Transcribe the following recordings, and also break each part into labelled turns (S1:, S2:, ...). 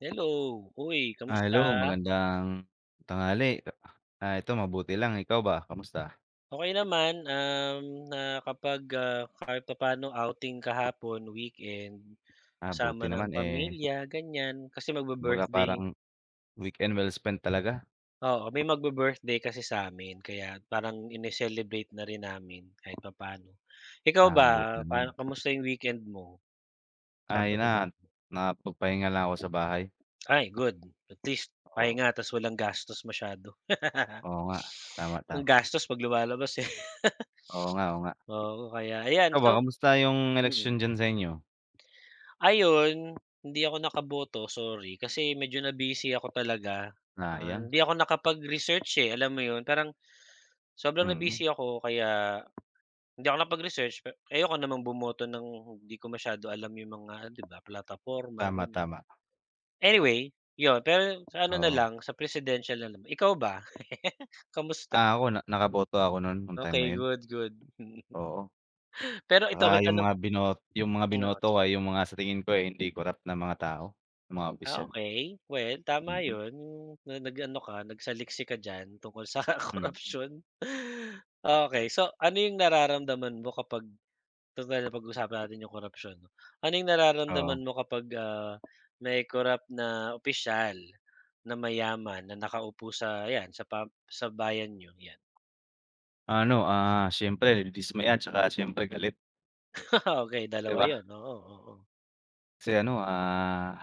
S1: Hello. Uy,
S2: Hello,
S1: kamusta?
S2: magandang tanghali. Ito mabuti lang, ikaw ba kamusta?
S1: Okey naman, nakapag, kahit papaano outing kahapon, weekend,
S2: Buti
S1: kasama ng
S2: naman, eh,
S1: pamilya, ganyan. Kasi
S2: kumbaga
S1: magbe-birthday
S2: parang weekend well spent talaga.
S1: oo, may magbe-birthday kasi sa'min kaya parang ini-celebrate na rin namin kahit papaano. Ikaw ba,
S2: Buti
S1: paano
S2: naman.
S1: kamusta yung weekend mo?
S2: Yun
S1: Sabado,
S2: na,
S1: Linggo?
S2: nakapagpahinga lang ako sa bahay.
S1: Ay, good. At least
S2: Oo,
S1: pahinga ta's walang gastos masyado.
S2: oo nga, tama,
S1: Ang
S2: tama.
S1: gastos 'pag lumalabas, eh.
S2: Oo nga, oo nga.
S1: Oo, kaya ayan
S2: Ikaw
S1: so
S2: ba kamusta yung
S1: mm.
S2: election diyan sa inyo?
S1: Ayun, hindi ako nakaboto, sorry. Kasi medyo na-busy ako talaga. Ah,
S2: Sayang,
S1: hindi ako nakapag-research, eh, alam mo yun? Parang sobrang
S2: mm.
S1: na-busy ako kaya hindi ako nakapag-research pe ayoko namang bumoto ng hindi ko masyado alam yung mga, 'di ba, plataporma,
S2: Tama,
S1: ganyan.
S2: tama,
S1: Anyway, yun. Pero sa ano na
S2: oo.
S1: lang, sa presidential na lang. Ikaw ba? Kamusta?
S2: Ako nakaboto ako nun nung time na
S1: Okay,
S2: yun,
S1: good, good.
S2: oo.
S1: Pero ito
S2: Tsaka
S1: may tanong
S2: yung mga
S1: oo.
S2: binoto ay yung mga sa tingin ko ay hindi korap na mga tao, ng mga
S1: Ah,
S2: opisyal.
S1: okey. Well, tama
S2: Mm,
S1: 'yun, yung na nag-ano ka, nagsaliksik ka diyan tungkol sa
S2: hmm,
S1: korapsiyon. okay so ano yung nararamdaman mo kapag total pag usapan natin yung korapsiyon 'no. Ano yung
S2: oo.
S1: nararamdaman mo kapag, may corrupt na opisyal na mayaman na nakaupo sa ayan, sa bayan niyo, 'yan?
S2: Siyempre dismaya tsaka siyempre galit,
S1: okay
S2: 'di
S1: dalawa
S2: ba?
S1: 'yun, oo, oo.
S2: Kasi ano, ah,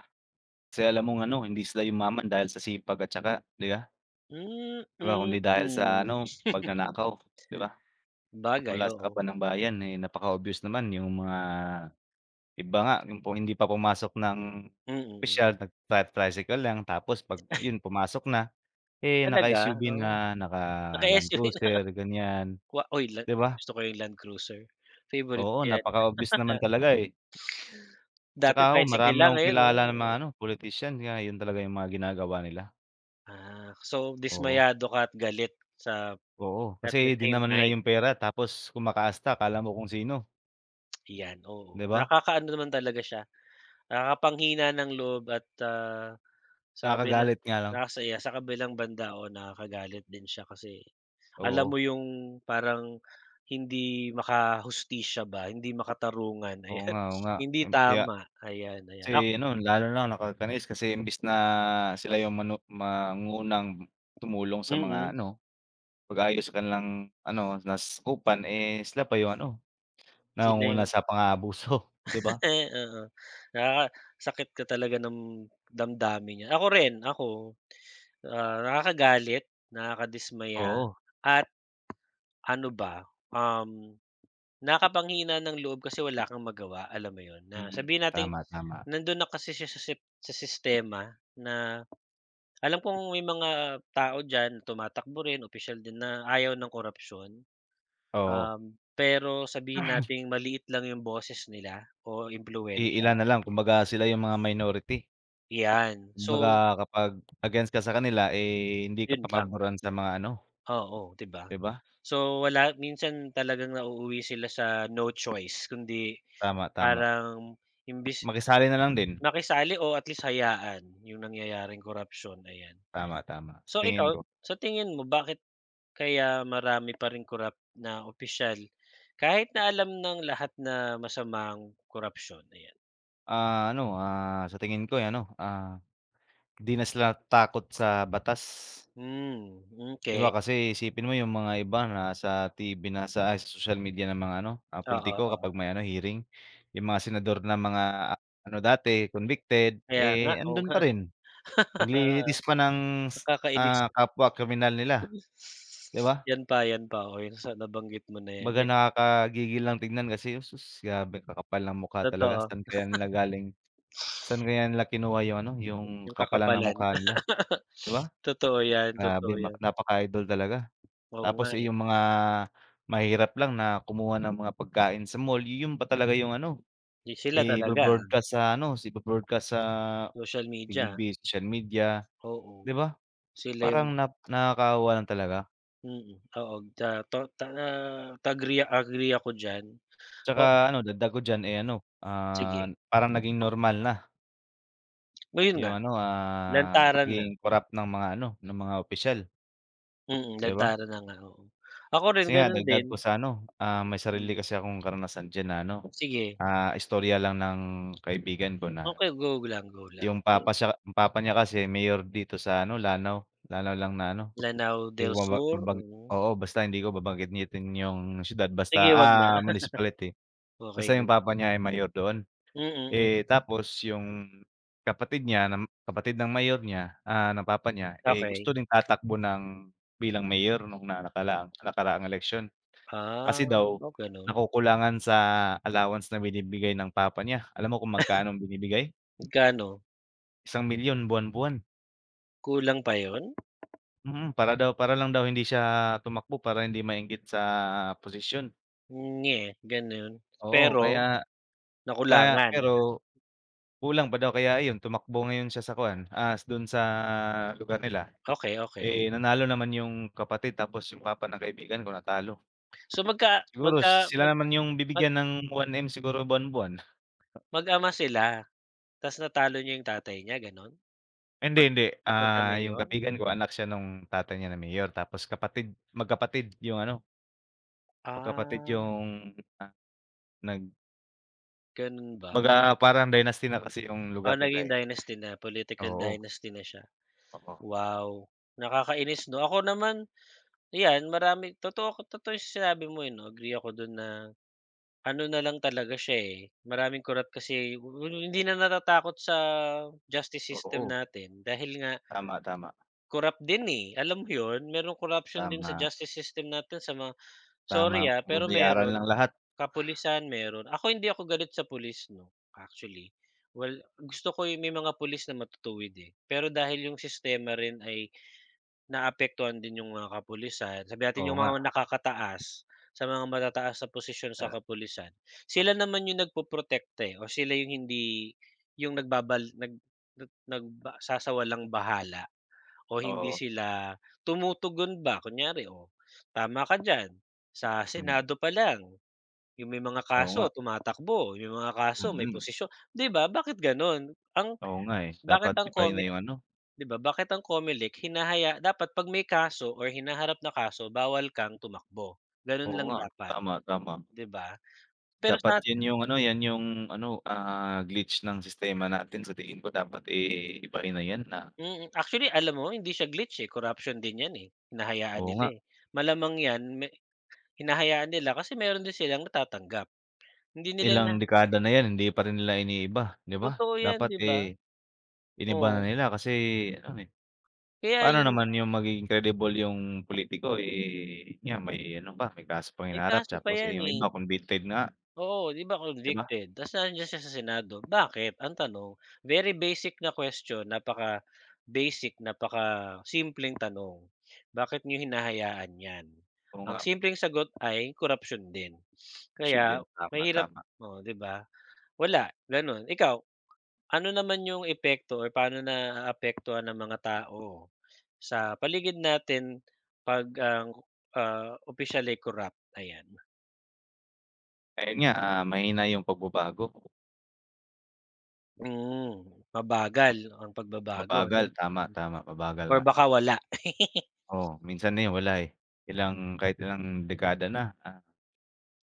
S2: Kasi alam mong ano, hindi sila yumaman dahil sa sipag at syaga, 'di ba?
S1: Hmm,
S2: 'Di ba
S1: mm.
S2: kundi dahil sa ano,
S1: Mm.
S2: pagnanakaw, 'di ba?
S1: bagay
S2: Mula sa
S1: oo.
S2: kaban ng bayan, eh, napaka-obvious naman yung mga iba nga yung po hindi pa pumasok ng
S1: Mm. mm.
S2: opisyal nagta tricycle lang tapos 'pag yun pumasok na, eh,
S1: Talaga?
S2: naka-SUV
S1: Oh,
S2: na, naka Land
S1: naka-SU
S2: Cruiser, ganiyan
S1: Wa uy la
S2: 'di ba?
S1: gusto ko yung Land Cruiser, favorite
S2: Oo,
S1: ko yan.
S2: napaka-obvious naman talaga, eh. Tsaka
S1: Dati
S2: ako
S1: tricycle
S2: marami
S1: lang
S2: akong
S1: ngayon 'no,
S2: kilala ng
S1: oo.
S2: mga ano, pulitisyan kaya yun talaga yung mga ginagawa nila,
S1: Ah, so
S2: oo,
S1: dismayado ka at galit sa
S2: oo.
S1: at the
S2: Kasi di
S1: same
S2: naman nila
S1: time,
S2: yung pera tapos kumakaasta akala mo kung sino,
S1: yan, oo.
S2: di ba?
S1: Nakakaano naman talaga siya, nakakapanghinaan ng loob at, ah, sa kabilang
S2: Nakakagalit nga lang,
S1: nakakasaya, sa kabilang banda, o nakakagalit din siya kasi alam mo
S2: oo.
S1: yung parang hindi makahustisya ba, hindi makatarungan, ayan,
S2: Oo nga,
S1: hindi
S2: Kaya
S1: tama, ayan, ayan. Ak
S2: kasi ano lalo na nakakainis kasi imbis na sila yung mangunang tumulong sa
S1: mm,
S2: mga
S1: mm.
S2: ano, pag-ayos sa kanilang ano nasasakupan, eh, sila pa yung ano,
S1: sila
S2: nangunguna
S1: yung
S2: sa pang-aabuso, di ba?
S1: Eh, oo. Nakakasakit ka talaga ng damdamin niya. Ako rin, ako, ah, nakakagalit, nakakadismaya,
S2: Oo,
S1: at ano ba, um, nakakapanghina ng loob kasi wala kang magawa, alam mo 'yun, na
S2: mm,
S1: sabihin nating
S2: tama, tama,
S1: nandun na kasi siya sa sistema na alam kong may mga tao diyan tumatakbo rin, official din na ayaw ng korupsyon
S2: oo.
S1: pero sabihin nating maliit lang yung boses nila o impluwensiya.
S2: Iilan na lang kumbaga sila yung mga minority.
S1: Yan.
S2: Kumbaga
S1: So,
S2: kapag against ka sa kanila, eh, hindi ka
S1: yun lang.
S2: papaboran sa mga ano,
S1: Oo, 'di ba?
S2: 'di ba?
S1: So, wala minsan talagang nauuwi sila sa no choice kundi
S2: Tama, tama.
S1: parang imbis
S2: Makisali na lang din.
S1: makisali o at least hayaan yung nangyayaring korapsiyon, ayan.
S2: Tama, tama sa
S1: So,
S2: tingin
S1: ikaw
S2: ko.
S1: sa tingin mo bakit kaya marami pa ring corrupt na opisyal kahit na alam ng lahat na masamang ang korapsiyon, ayan?
S2: Sa tingin ko 'di na sila takot sa batas.
S1: Hmm,
S2: 'Di ba
S1: okey.
S2: kasi isipin mo yung mga iba na sa TV na sa ay sa social media ng mga ano, ah,
S1: Oo,
S2: pulitiko
S1: oo.
S2: kapag may ano hearing, yung mga senador na mga ah, ano dati convicted,
S1: Kaya nga,
S2: eh,
S1: oo
S2: andun
S1: nga.
S2: pa rin. Naglilitis pa ng,
S1: Nakakainis.
S2: ah, kapwa kriminal nila, 'di ba?
S1: Yan pa, o yung sa nabanggit mo na yan,
S2: Kumbaga
S1: Ye-
S2: nakakagigil lang tignan kasi, sus, grabe kakapal ng mukha talaga.
S1: totoo,
S2: Saan kaya nila kinuha yung ano, yung
S1: yung
S2: kakapalan ng
S1: kakapalan.
S2: mukha nila, 'di ba? Grabe
S1: Totoo yan,
S2: napaka-idol talaga.
S1: oo
S2: Tapos,
S1: nga,
S2: eh,
S1: eh,
S2: yung mga mahirap lang na kumuha ng mga pagkain sa mall, yun pa talaga yung ano,
S1: di sila talaga, ah.
S2: ibo-broadcast sa
S1: social media,
S2: TV, social media,
S1: oo,
S2: 'di ba?
S1: sila yung
S2: Parang nakakaawa lang talaga.
S1: mm, oo, ta to ta ah, agree agree ako diyan. O
S2: Tsaka ano dagdag ko diyan, eh,
S1: sige,
S2: parang naging normal na
S1: ngayon
S2: yung
S1: nga,
S2: ano, ah,
S1: lantaran na,
S2: pagiging
S1: mm,
S2: corrupt ng mga ano, ng mga opisyal,
S1: mm,
S2: 'di ba?
S1: lantaran na nga, oo. Ako rin
S2: Kasi nga
S1: gano'n
S2: dagdag
S1: din,
S2: ko sa may sarili
S1: mm,
S2: kasi akong karanasan diyan na ano,
S1: sige,
S2: ah, istorya lang ng kaibigan ko na
S1: okay go lang, go lang.
S2: yung papa niya kasi mayor dito sa ano, Lanao. Lanao lang na ano,
S1: Lanao
S2: hindi
S1: del
S2: ko maba
S1: Sur,
S2: babang
S1: oo,
S2: oo, basta hindi ko babanggitin yung siyudad
S1: sige
S2: basta,
S1: 'wag na,
S2: ah, municipality.
S1: okay
S2: Basta yung
S1: good,
S2: papa niya ay mayor doon.
S1: mm,
S2: Eh, tapos yung kapatid ng mayor niya, ah, ng papa niya, eh,
S1: Okey.
S2: gusto rin tatakbo ng bilang mayor nung nakaraang nakaraang eleksyon.
S1: Ah,
S2: Kasi daw
S1: oh, gano'n.
S2: nakukulangan sa allowance na binibigay ng papa niya. Alam mo kung magkano ang binibigay?
S1: Magkano?
S2: ₱1,000,000 buwan-buwan.
S1: Kulang pa 'yun?
S2: Mm, para lang daw hindi siya tumakbo para hindi mainggit sa posisyon.
S1: Nye, gano'n.
S2: Oo,
S1: Pero
S2: kaya kaya
S1: nakulangan.
S2: pero kulang pa daw kaya ayun tumakbo ngayon siya sa kuwan, ah, do'n sa lugar nila.
S1: Okey, okey.
S2: Eh, nanalo naman yung kapatid tapos yung papa ng kaibigan ko natalo.
S1: So magka
S2: Siguro
S1: magka
S2: sila
S1: mag
S2: naman yung
S1: mag
S2: bibigyan ng one m siguro buwan-buwan.
S1: mag-ama sila ta's natalo niyo 'yung tatay niya gano'n?
S2: Hindi,
S1: 'Pag
S2: hindi,
S1: sa
S2: ah, yung
S1: pagka-mayor?
S2: kaibigan ko anak siya nung tatay niya na mayor tapos magkapatid yung ano, magkapatid
S1: Ah,
S2: yung, ah, nag
S1: gano'n ba?
S2: kumbaga parang dynasty na kasi yung lugar
S1: Ah, naging
S2: nila, eh.
S1: dynasty na, political
S2: Oo,
S1: dynasty na siya.
S2: oo,
S1: Wow, nakakainis 'no? Ako naman, ayan marami totoo totoo 'yung sinabi mo, eh, 'no, agree ako do'n na Ano na lang talaga siya, eh, maraming korap kasi w- w- hindi na natatakot sa justice system
S2: oo.
S1: natin dahil nga
S2: Tama, tama,
S1: korap din, eh, alam mo 'yun? Merong corruption din sa
S2: tama,
S1: justice system natin sa mga
S2: tama,
S1: sorry, ah, pero
S2: mababayaran lang
S1: meron.
S2: lahat.
S1: Kapulisan meron. Ako hindi ako galit sa pulis 'no, actually. Well, gusto ko 'yung may mga pulis na matutuwid, eh, pero dahil 'yung sistema rin ay Naapektuhan din yung mga kapulisan, sabi natin
S2: Oo
S1: yung
S2: nga,
S1: mga nakakataas, sa mga matataas na posisyon sa
S2: eh,
S1: kapulisan, sila naman yung nagpoprotekta, eh, o sila yung hindi yung nagbabal nag nag nagsasawalang bahala o hindi
S2: oo,
S1: sila tumutugon ba kunyari, o tama ka diyan, sa
S2: hmm,
S1: senado pa lang yung may mga
S2: oo nga,
S1: kaso tumatakbo, yung may mga kaso may
S2: mm, mm.
S1: posisyon, 'di ba bakit gano'n? Ang
S2: Oo nga, eh,
S1: bakit
S2: dapat
S1: ang
S2: iba na
S1: Congress
S2: yung ano.
S1: 'Di ba bakit ang COMELEC hinahaya dapat 'pag may kaso or hinaharap na kaso bawal kang tumakbo, gano'n
S2: Oo
S1: lang
S2: nga,
S1: dapat,
S2: tama, tama.
S1: 'di ba? Pero
S2: Dapat
S1: sa
S2: 'yun 'yung 'yan 'yung glitch ng sistema natin sa tingin ko dapat, eh, ibahin na 'yan na
S1: mm, actually alam mo hindi siya glitch, eh, corruption din 'yan, eh, hinahayaan
S2: oo
S1: nila,
S2: nga,
S1: eh. Malamang 'yan me hinahayaan nila kasi meron din silang natatanggap. Hindi nila
S2: ilang
S1: na
S2: dekada na 'yan hindi pa rin nila iniiba, 'di ba?
S1: totoo 'yan,
S2: Dapat,
S1: 'di ba?
S2: eh, iniba na
S1: Oo,
S2: nila kasi ano, eh,
S1: kaya
S2: paano
S1: 'yun
S2: naman 'yung magiging credible 'yung politiko eh, 'yun nga may ano pa, may kaso pang
S1: may
S2: hinaharap
S1: kaso pa
S2: tapos, eh,
S1: 'yan,
S2: 'yung
S1: eh.
S2: iba convicted nga,
S1: Oo, 'di ba
S2: 'di ba?
S1: convicted ta's nandiyan siya sa Senado, bakit? Ang tanong, very basic na question, napaka-basic, napakasimpleng tanong, bakit niyo hinahayaan 'yan?
S2: Oo nga,
S1: Ang simpleng sagot ay corruption din.
S2: korupsyon
S1: Kaya
S2: din, tama,
S1: mahirap
S2: tama.
S1: oh, 'di ba? Wala, gano'n. Ikaw, ano naman yung epekto or paano na naaapektuhan ng mga tao sa paligid natin 'pag ang, ah, opisyal ay corrupt? Ayan.
S2: Ayun nga, ah, mahina 'yung pagbabago,
S1: Hmm, mabagal ang pagbabago
S2: mabagal,
S1: 'no,
S2: tama,
S1: mm,
S2: tama, mabagal
S1: or
S2: nga.
S1: baka wala.
S2: Oo, minsan na 'yun wala, eh. Kahit ilang dekada na, ah,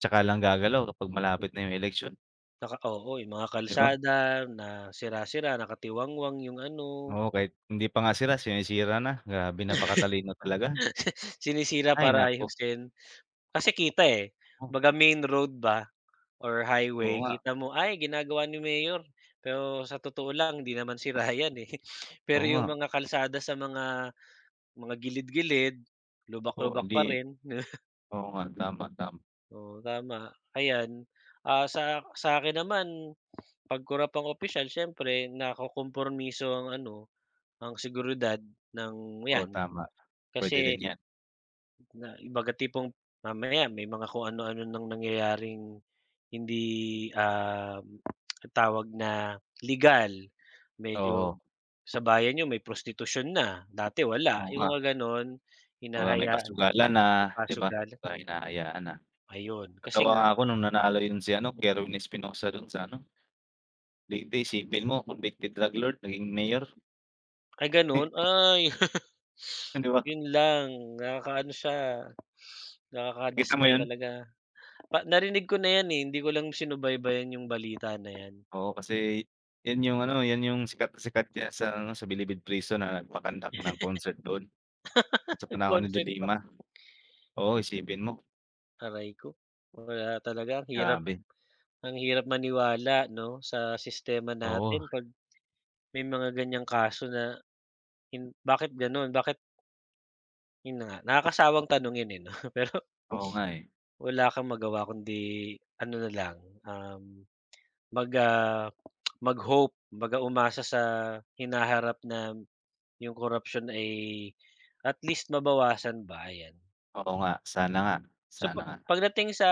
S2: tsaka lang gagalaw kapag malapit na 'yung eleksyon,
S1: Naka oo, yung mga
S2: 'di ba?
S1: kalsada na sira-sira, nakatiwangwang yung ano,
S2: Oo, kahit hindi pa nga sira sinisira na, grabe napakatalino talaga.
S1: sinisira
S2: Ay
S1: para
S2: naku,
S1: ayusin. Kasi kita, eh,
S2: oh,
S1: kumbaga main road ba or
S2: oo
S1: highway
S2: nga,
S1: kita mo, ay ginagawa ni mayor, pero sa totoo lang hindi naman sira yan, eh. Pero
S2: oo nga,
S1: yung mga kalsada sa mga gilid-gilid,
S2: oo
S1: lubak-lubak
S2: hindi
S1: pa rin.
S2: oo nga, tama, tama.
S1: Oo, tama. Ayan, ah, sa akin naman 'Pag kurapang opisyal siyempre nakokompromiso ang ano, ang seguridad ng
S2: Oo,
S1: 'yan,
S2: tama, puwede din
S1: kasi
S2: 'yan,
S1: na kumbaga tipong mamaya may mga kung ano-ano nang nangyayaring hindi, tawag na legal, medyo
S2: oo,
S1: sa bayan niyo may prostitusyon na, dati wala,
S2: oo
S1: yung
S2: nga.
S1: mga gano'n,
S2: Baka may
S1: hinahayaan,
S2: pasugalan na, 'di ba?
S1: pasugal,
S2: Baka hinahayaan na.
S1: ayun. Kasi
S2: Natawa
S1: nga
S2: nga ako nung nanalo 'yun si ano, Kerwin Espinosa dun sa ano, Leyte, isipin mo convicted drug lord naging mayor,
S1: Ay gano'n? Ay.
S2: 'di ba?
S1: 'Yun lang, nakakaano siya,
S2: Nakita mo
S1: nakakadismaya
S2: 'yun?
S1: talaga. Pa narinig ko na 'yan, eh, hindi ko lang sinubaybayan 'yung balita na 'yan.
S2: Oo, kasi 'yan yung sikat na sikat niya sa ano, sa Bilibid Prison na nagpa-conduct ng concert doon, sa panahon ni De
S1: Nag-concert pa
S2: Lima. Oo, isipin mo,
S1: aray ko, wala talaga
S2: grabe.
S1: ang hirap maniwala 'no, sa sistema
S2: Oo,
S1: natin 'pag may mga ganiyang kaso na hin bakit gano'n, bakit 'yun na nga, nakakasawang tanungin, eh, 'no, pero
S2: oo nga, eh.
S1: wala kang magawa kundi ano na lang, um Mag ah, mag-hope, kumbaga umasa sa hinaharap na yung korapsiyon ay at least mabawasan ba, ayan.
S2: Oo nga, sana nga,
S1: So
S2: sana
S1: pa
S2: nga.
S1: pagdating sa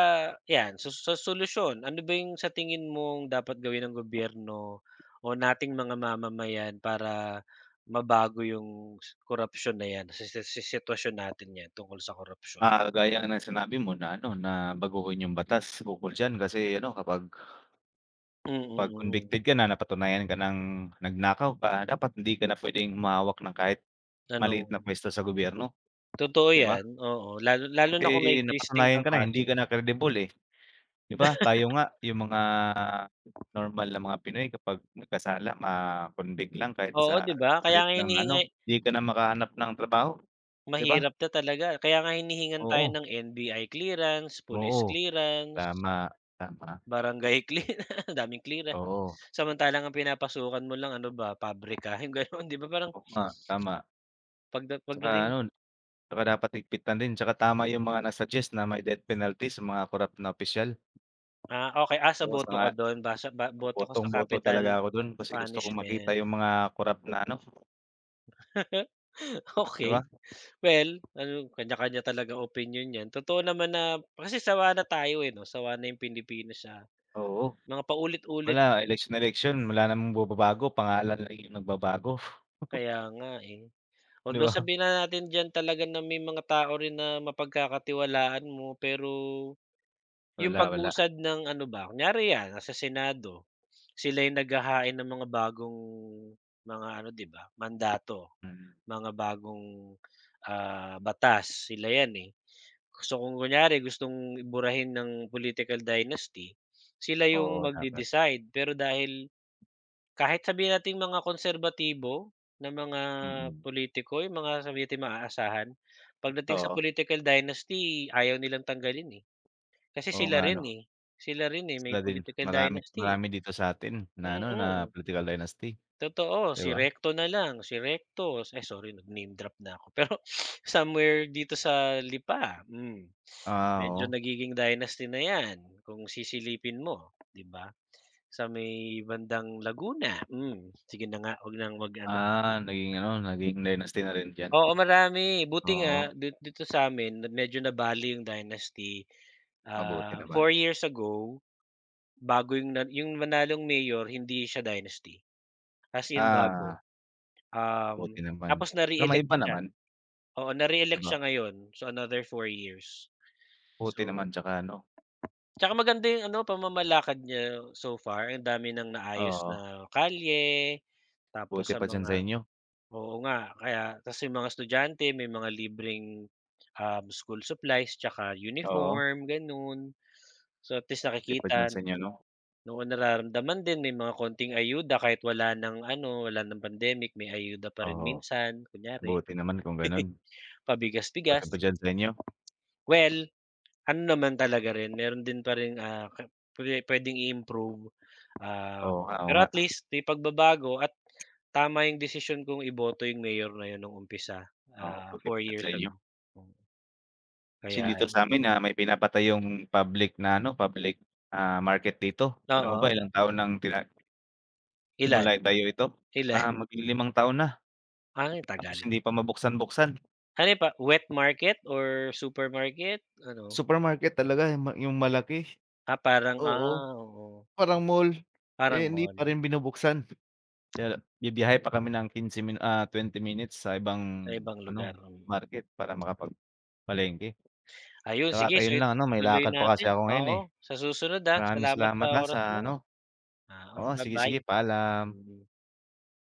S1: 'yan, sa solusyon, ano ba yung sa tingin mong dapat gawin ng gobyerno o nating mga mamamayan para mabago yung korapsiyon na 'yan, sa sitwasyon natin 'yan tungkol sa korapsiyon?
S2: Ah, gaya nga ng sinabi mo na ano, na baguhin yung batas ukol diyan kasi ano, kapag
S1: Mm,
S2: 'pag
S1: mm.
S2: convicted ka na, napatunayan ka ng nagnakaw ka, dapat hindi ka na pwedeng humawak ng kahit
S1: Ano,
S2: maliit na puwesto sa gobyerno,
S1: totoo
S2: 'di ba?
S1: 'yan, oo. Lalo lalo na kung may
S2: Eh,
S1: existing
S2: napatunayan
S1: kang
S2: ka na, hindi
S1: kaso.
S2: ka na kredible, eh. 'Di ba tayo nga yung mga normal na mga Pinoy kapag nagkasala ma lang kahit
S1: Oo,
S2: sa
S1: 'di ba? Kaya
S2: maliit
S1: nga
S2: lang na ano,
S1: hinihingi
S2: 'di ka na makahanap ng trabaho, 'di ba?
S1: mahirap na talaga. Kaya nga hinihingan tayo
S2: Oo,
S1: ng NBI clearance, police
S2: oo,
S1: clearance,
S2: tama, tama,
S1: barangay clearance, ang daming clearance.
S2: oo,
S1: Samantalang ang pinapasukan mo lang ano ba, pabrika, yung gano'n, 'di ba? Parang
S2: oo nga, tama.
S1: pagda
S2: 'Tsaka
S1: pagdating
S2: ano, 'tsaka dapat higpitan din 'tsaka tama yung mga nag-suggest na may death penalty sa mga korupt na opisyal.
S1: ah, okey, ah, sa
S2: Oo,
S1: boto ka
S2: sang-ayon
S1: do'n, basa ba boto ka sa
S2: botong-boto
S1: capital
S2: talaga ako dun kasi gusto kong makita
S1: punishment.
S2: yung mga korupt na ano, 'di
S1: okay,
S2: ba?
S1: Well, ano, kanya-kanya talaga opinion 'yan. Totoo naman na kasi sawa na tayo, eh, 'no? Sawa na yung Pilipinas sa
S2: Oo.
S1: mga paulit-ulit
S2: Wala, eleksyon na eleksyon wala namang bumabago, pangalan lang yung nagbabago,
S1: kaya nga, eh.
S2: 'di
S1: Although
S2: ba?
S1: sabihin na natin diyan talaga na may mga tao rin na mapagkakatiwalaan mo, pero yung
S2: Wala, wala,
S1: pag-usad ng ano ba, kunyari 'yan nasa Senado, sila yung naghahain ng mga bagong mga ano 'di ba, mandato,
S2: mm.
S1: mga bagong, ah, batas, sila 'yan, eh. So kung kunyari gustong iburahin ng political dynasty, sila yung
S2: Oo, dapat,
S1: magde-decide pero dahil kahit sabihin nating mga konserbatibo na mga
S2: mm.
S1: politiko, yung mga sabihin nating maaasahan, pagdating sa
S2: Oo,
S1: political dynasty ayaw nilang tanggalin, eh. Kasi
S2: oo nga 'no,
S1: sila rin, eh, may
S2: sila din
S1: political
S2: marami
S1: dynasty, eh.
S2: marami dito sa atin na ano, na
S1: Mm,
S2: political dynasty,
S1: totoo.
S2: 'di
S1: Si
S2: ba?
S1: Recto na lang, si Recto, ay sorry nag-name drop na ako, pero somewhere dito sa lipa, hmm.
S2: Ah,
S1: Medyo
S2: oo.
S1: nagiging dynasty na 'yan kung sisilipin mo, 'di ba? Sa may bandang Laguna, hmm, sige na nga 'wag nang mag
S2: Ah, naging ano, naging dynasty na rin diyan?
S1: Oo, marami. Buti nga
S2: Oo,
S1: di dito sa'min na medyo nabali yung dynasty,
S2: mabuti
S1: ah,
S2: naman.
S1: 4 years ago, bago yung na yung nanalong mayor hindi siya dynasty, as in bago.
S2: Ah,
S1: Um,
S2: buti naman.
S1: tapos
S2: Pero may
S1: na-re-elect
S2: iba
S1: siya,
S2: naman,
S1: oo,
S2: 'di
S1: na-re-elect
S2: ba?
S1: siya ngayon. So, another four years.
S2: Buti
S1: So,
S2: naman 'tsaka ano
S1: tsaka maganda yung ano pamamalakad niya so far. Ang dami ng naayos
S2: oo,
S1: na kalye, tapos
S2: buti
S1: sa
S2: pa diyan
S1: mga
S2: sa inyo.
S1: Oo nga, kaya tas yung mga estudyante may mga libreng, school supplies tsaka
S2: Oo,
S1: uniform, gano'n. So, at least
S2: buti pa
S1: nakikita
S2: diyan sa inyo 'no?
S1: noon nararamdaman din may mga konting ayuda kahit wala ng ano, wala ng pandemic may ayuda pa rin
S2: Oo,
S1: minsan kunyari
S2: buti naman kung gano'n.
S1: pabigas-bigas.
S2: Suporta ba diyan sa inyo?
S1: Well Ano naman talaga rin meron din pa ring, ah, ka pwe puwedeng i-improve, ah,
S2: Oo nga, oo
S1: pero
S2: nga.
S1: at least may pagbabago at tama yung desisyon kong iboto yung mayor na yun nung umpisa,
S2: Oo,
S1: ah,
S2: buti
S1: 4
S2: pa diyan
S1: years
S2: sa inyo.
S1: ago. Hmm,
S2: Kasi
S1: kaya
S2: dito
S1: ayun.
S2: sa'min, ah, may pinapatay yung public na public, ah, market dito. Alam mo ba
S1: Oo,
S2: ilang taon nang
S1: ilan,
S2: simula itayo ito?
S1: ilan?
S2: Ah, maglilimang taon na,
S1: Ay
S2: tapos
S1: tagal.
S2: hindi pa mabuksan-buksan.
S1: Ano yun pa wet market or supermarket, ano?
S2: Supermarket talaga yung malaki,
S1: Ah, parang,
S2: oo,
S1: ah, oo,
S2: parang mall,
S1: parang
S2: eh, hindi
S1: mall
S2: pa rin binubuksan. Kaya bibiyahe pa kami ng 15 minu ah, twenty minutes sa ibang
S1: sa ibang lugar,
S2: ano,
S1: mm.
S2: market para makapagpalengke.
S1: Ayun
S2: Tsaka at
S1: sige so
S2: ayun lang ano, may
S1: ituloy
S2: lakad pa kasi
S1: natin,
S2: ako ngayon,
S1: oo,
S2: eh.
S1: sa susunod, ah,
S2: Maraming
S1: salamat sa
S2: salamat, ah, sa
S1: oras mo.
S2: ano
S1: Ah,
S2: oo,
S1: bye
S2: sige,
S1: bye
S2: sige, paalam.
S1: Mm.